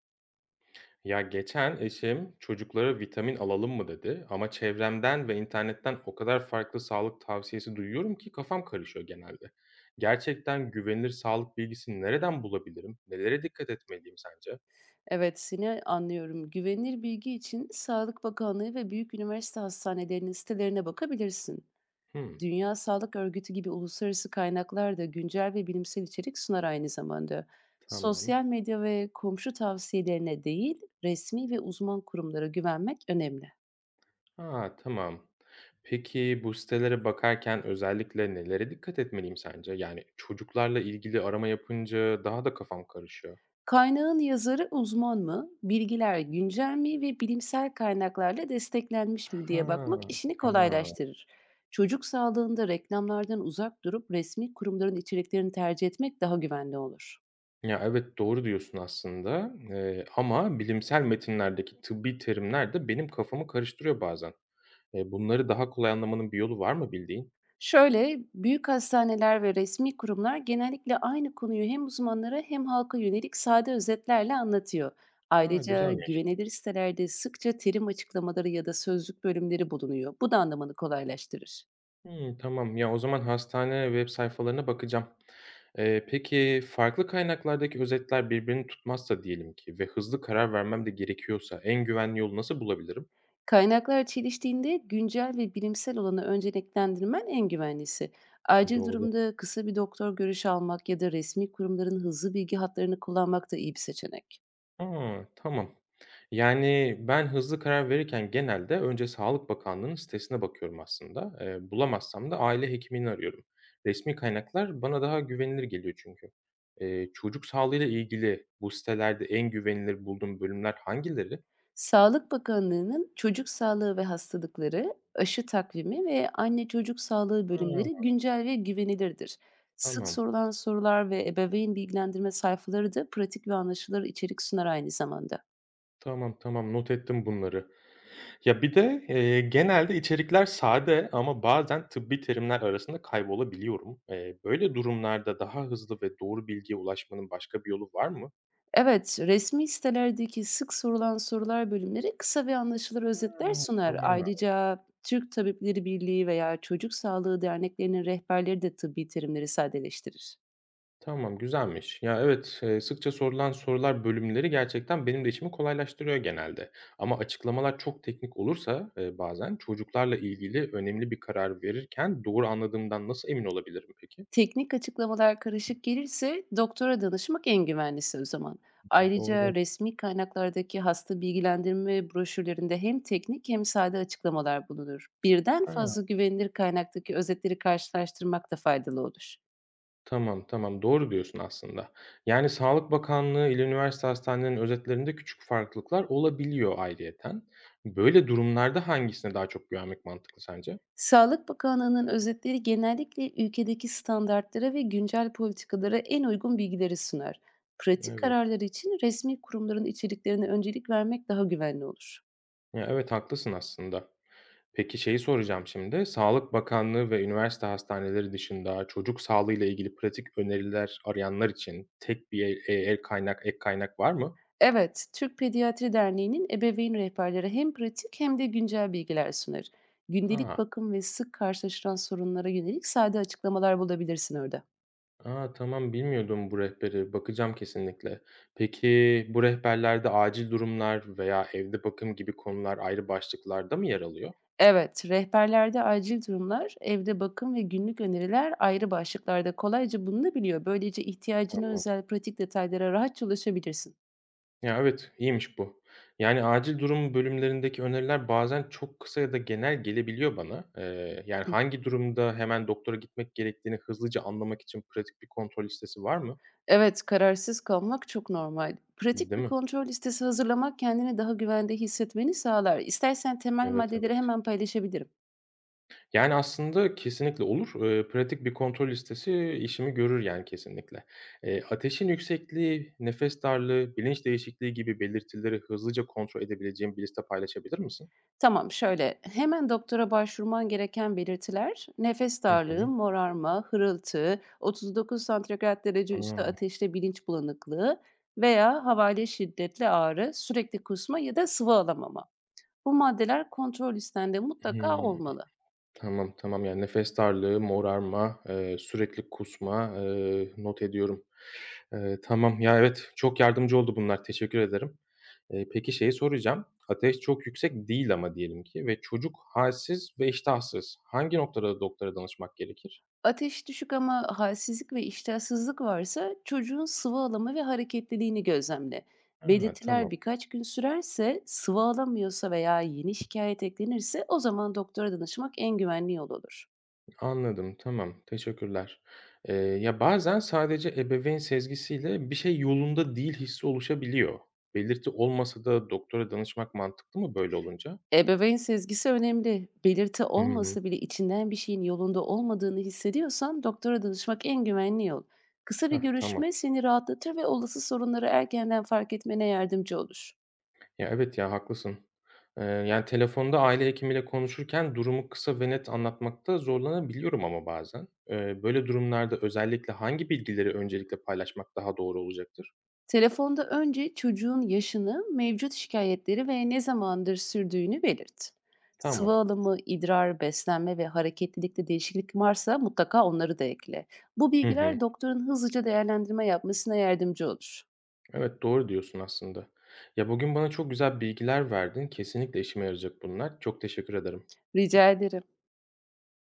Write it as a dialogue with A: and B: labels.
A: Ya geçen eşim çocuklara vitamin alalım mı dedi ama çevremden ve internetten o kadar farklı sağlık tavsiyesi duyuyorum ki kafam karışıyor genelde. Gerçekten güvenilir sağlık bilgisini nereden bulabilirim? Nelere dikkat etmeliyim sence?
B: Evet, seni anlıyorum. Güvenilir bilgi için Sağlık Bakanlığı ve büyük üniversite hastanelerinin sitelerine bakabilirsin.
A: Hmm,
B: Dünya Sağlık Örgütü gibi uluslararası kaynaklar da güncel ve bilimsel içerik sunar aynı zamanda.
A: tamam.
B: Sosyal medya ve komşu tavsiyelerine değil, resmi ve uzman kurumlara güvenmek önemli.
A: Ha, tamam. Peki bu sitelere bakarken özellikle nelere dikkat etmeliyim sence? Yani çocuklarla ilgili arama yapınca daha da kafam karışıyor.
B: Kaynağın yazarı uzman mı, bilgiler güncel mi ve bilimsel kaynaklarla desteklenmiş mi
A: Ha,
B: diye bakmak işini
A: tamam.
B: kolaylaştırır. Çocuk sağlığında reklamlardan uzak durup resmi kurumların içeriklerini tercih etmek daha güvenli olur.
A: Ya, evet, doğru diyorsun aslında, ama bilimsel metinlerdeki tıbbi terimler de benim kafamı karıştırıyor bazen. Bunları daha kolay anlamanın bir yolu var mı bildiğin?
B: Şöyle, büyük hastaneler ve resmi kurumlar genellikle aynı konuyu hem uzmanlara hem halka yönelik sade özetlerle anlatıyor.
A: A,
B: Ayrıca
A: güzelmiş.
B: güvenilir sitelerde sıkça terim açıklamaları ya da sözlük bölümleri bulunuyor. Bu da anlamanı kolaylaştırır.
A: Hımm, tamam. Ya, o zaman hastane web sayfalarına bakacağım. Peki farklı kaynaklardaki özetler birbirini tutmazsa diyelim ki ve hızlı karar vermem de gerekiyorsa en güvenli yolu nasıl bulabilirim?
B: Kaynaklar çeliştiğinde güncel ve bilimsel olanı önceliklendirmen en güvenlisi. Acil
A: Doğru.
B: durumda kısa bir doktor görüşü almak ya da resmi kurumların hızlı bilgi hatlarını kullanmak da iyi bir seçenek.
A: A, tamam. Yani, ben hızlı karar verirken genelde önce Sağlık Bakanlığı'nın sitesine bakıyorum aslında. Bulamazsam da aile hekimini arıyorum. Resmi kaynaklar bana daha güvenilir geliyor çünkü. Çocuk sağlığıyla ilgili bu sitelerde en güvenilir bulduğum bölümler hangileri?
B: Sağlık Bakanlığı'nın çocuk sağlığı ve hastalıkları, aşı takvimi ve anne çocuk sağlığı
A: Hıı.
B: bölümleri güncel ve güvenilirdir. Sık
A: Tamam,
B: sorulan sorular ve ebeveyn bilgilendirme sayfaları da pratik ve anlaşılır içerik sunar aynı zamanda.
A: tamam, tamam. Not ettim bunları. Ya, bir de, genelde içerikler sade ama bazen tıbbi terimler arasında kaybolabiliyorum. Böyle durumlarda daha hızlı ve doğru bilgiye ulaşmanın başka bir yolu var mı?
B: Evet, resmi sitelerdeki sık sorulan sorular bölümleri kısa ve anlaşılır özetler
A: Hıı,
B: sunar.
A: tamam.
B: Ayrıca Türk Tabipleri Birliği veya Çocuk Sağlığı Derneklerinin rehberleri de tıbbi terimleri sadeleştirir.
A: Tamam, güzelmiş. Ya, evet, sıkça sorulan sorular bölümleri gerçekten benim de işimi kolaylaştırıyor genelde. Ama açıklamalar çok teknik olursa, bazen çocuklarla ilgili önemli bir karar verirken doğru anladığımdan nasıl emin olabilirim peki?
B: Teknik açıklamalar karışık gelirse doktora danışmak en güvenlisi o zaman.
A: Doğru.
B: Ayrıca resmi kaynaklardaki hasta bilgilendirme broşürlerinde hem teknik hem sade açıklamalar bulunur. Birden
A: Ha,
B: fazla güvenilir kaynaktaki özetleri karşılaştırmak da faydalı olur.
A: tamam, tamam, doğru diyorsun aslında. Yani Sağlık Bakanlığı ile üniversite hastanelerinin özetlerinde küçük farklılıklar olabiliyor ayrıyeten. Böyle durumlarda hangisine daha çok güvenmek mantıklı sence?
B: Sağlık Bakanlığı'nın özetleri genellikle ülkedeki standartlara ve güncel politikalara en uygun bilgileri sunar. Pratik
A: Evet.
B: kararları için resmi kurumların içeriklerine öncelik vermek daha güvenli olur.
A: Ya, evet, haklısın aslında. Peki şeyi soracağım şimdi. Sağlık Bakanlığı ve üniversite hastaneleri dışında çocuk sağlığı ile ilgili pratik öneriler arayanlar için tek bir el, e- el kaynak, ek kaynak var mı?
B: Evet, Türk Pediatri Derneği'nin ebeveyn rehberleri hem pratik hem de güncel bilgiler sunar. Gündelik
A: Ha,
B: bakım ve sık karşılaşılan sorunlara yönelik sade açıklamalar bulabilirsin orada.
A: a, tamam bilmiyordum bu rehberi. Bakacağım kesinlikle. Peki bu rehberlerde acil durumlar veya evde bakım gibi konular ayrı başlıklarda mı yer alıyor?
B: Evet, rehberlerde acil durumlar, evde bakım ve günlük öneriler ayrı başlıklarda kolayca bulunabiliyor. Böylece ihtiyacına
A: Tamam.
B: özel pratik detaylara rahatça ulaşabilirsin.
A: Ya, evet, iyiymiş bu. Yani, acil durum bölümlerindeki öneriler bazen çok kısa ya da genel gelebiliyor bana. Yani, hangi durumda hemen doktora gitmek gerektiğini hızlıca anlamak için pratik bir kontrol listesi var mı?
B: Evet, kararsız kalmak çok normal. Pratik
A: Değil
B: bir
A: mi?
B: kontrol listesi hazırlamak kendini daha güvende hissetmeni sağlar. İstersen temel
A: Evet,
B: maddeleri
A: evet.
B: hemen paylaşabilirim.
A: Yani, aslında kesinlikle olur. Pratik bir kontrol listesi işimi görür, yani, kesinlikle. Ateşin yüksekliği, nefes darlığı, bilinç değişikliği gibi belirtileri hızlıca kontrol edebileceğim bir liste paylaşabilir misin?
B: Tamam, şöyle, hemen doktora başvurman gereken belirtiler, nefes
A: Hı
B: darlığı,
A: hı.
B: morarma, hırıltı, 39 santigrat derece üstü
A: A!
B: ateşte bilinç bulanıklığı veya havale şiddetli ağrı, sürekli kusma ya da sıvı alamama. Bu maddeler kontrol listende mutlaka
A: Hıı.
B: olmalı.
A: Tamam, tamam. Yani nefes darlığı, morarma, sürekli kusma, not ediyorum. Tamam. Ya, evet, çok yardımcı oldu bunlar. Teşekkür ederim. Peki şeyi soracağım. Ateş çok yüksek değil ama diyelim ki ve çocuk halsiz ve iştahsız. Hangi noktada doktora danışmak gerekir?
B: Ateş düşük ama halsizlik ve iştahsızlık varsa çocuğun sıvı alımı ve hareketliliğini gözlemle.
A: Ha, tamam.
B: Belirtiler birkaç gün sürerse, sıvı alamıyorsa veya yeni şikayet eklenirse o zaman doktora danışmak en güvenli yol olur.
A: Anladım, tamam. Teşekkürler. Ya, bazen sadece ebeveyn sezgisiyle bir şey yolunda değil hissi oluşabiliyor. Belirti olmasa da doktora danışmak mantıklı mı böyle olunca?
B: Ebeveyn sezgisi önemli. Belirti
A: Hı hı.
B: olmasa bile içinden bir şeyin yolunda olmadığını hissediyorsan doktora danışmak en güvenli yol. Kısa bir
A: Hah, tamam.
B: görüşme seni rahatlatır ve olası sorunları erkenden fark etmene yardımcı olur.
A: Ya, evet ya, haklısın. Yani, telefonda aile hekimiyle konuşurken durumu kısa ve net anlatmakta zorlanabiliyorum ama bazen. Böyle durumlarda özellikle hangi bilgileri öncelikle paylaşmak daha doğru olacaktır?
B: Telefonda önce çocuğun yaşını, mevcut şikayetleri ve ne zamandır sürdüğünü belirt. Sıvı
A: Tamam.
B: alımı, idrar, beslenme ve hareketlilikte değişiklik varsa mutlaka onları da ekle. Bu
A: Hı hı.
B: bilgiler doktorun hızlıca değerlendirme yapmasına yardımcı olur.
A: Evet, doğru diyorsun aslında. Ya, bugün bana çok güzel bilgiler verdin. Kesinlikle işime yarayacak bunlar. Çok teşekkür ederim.
B: Rica ederim.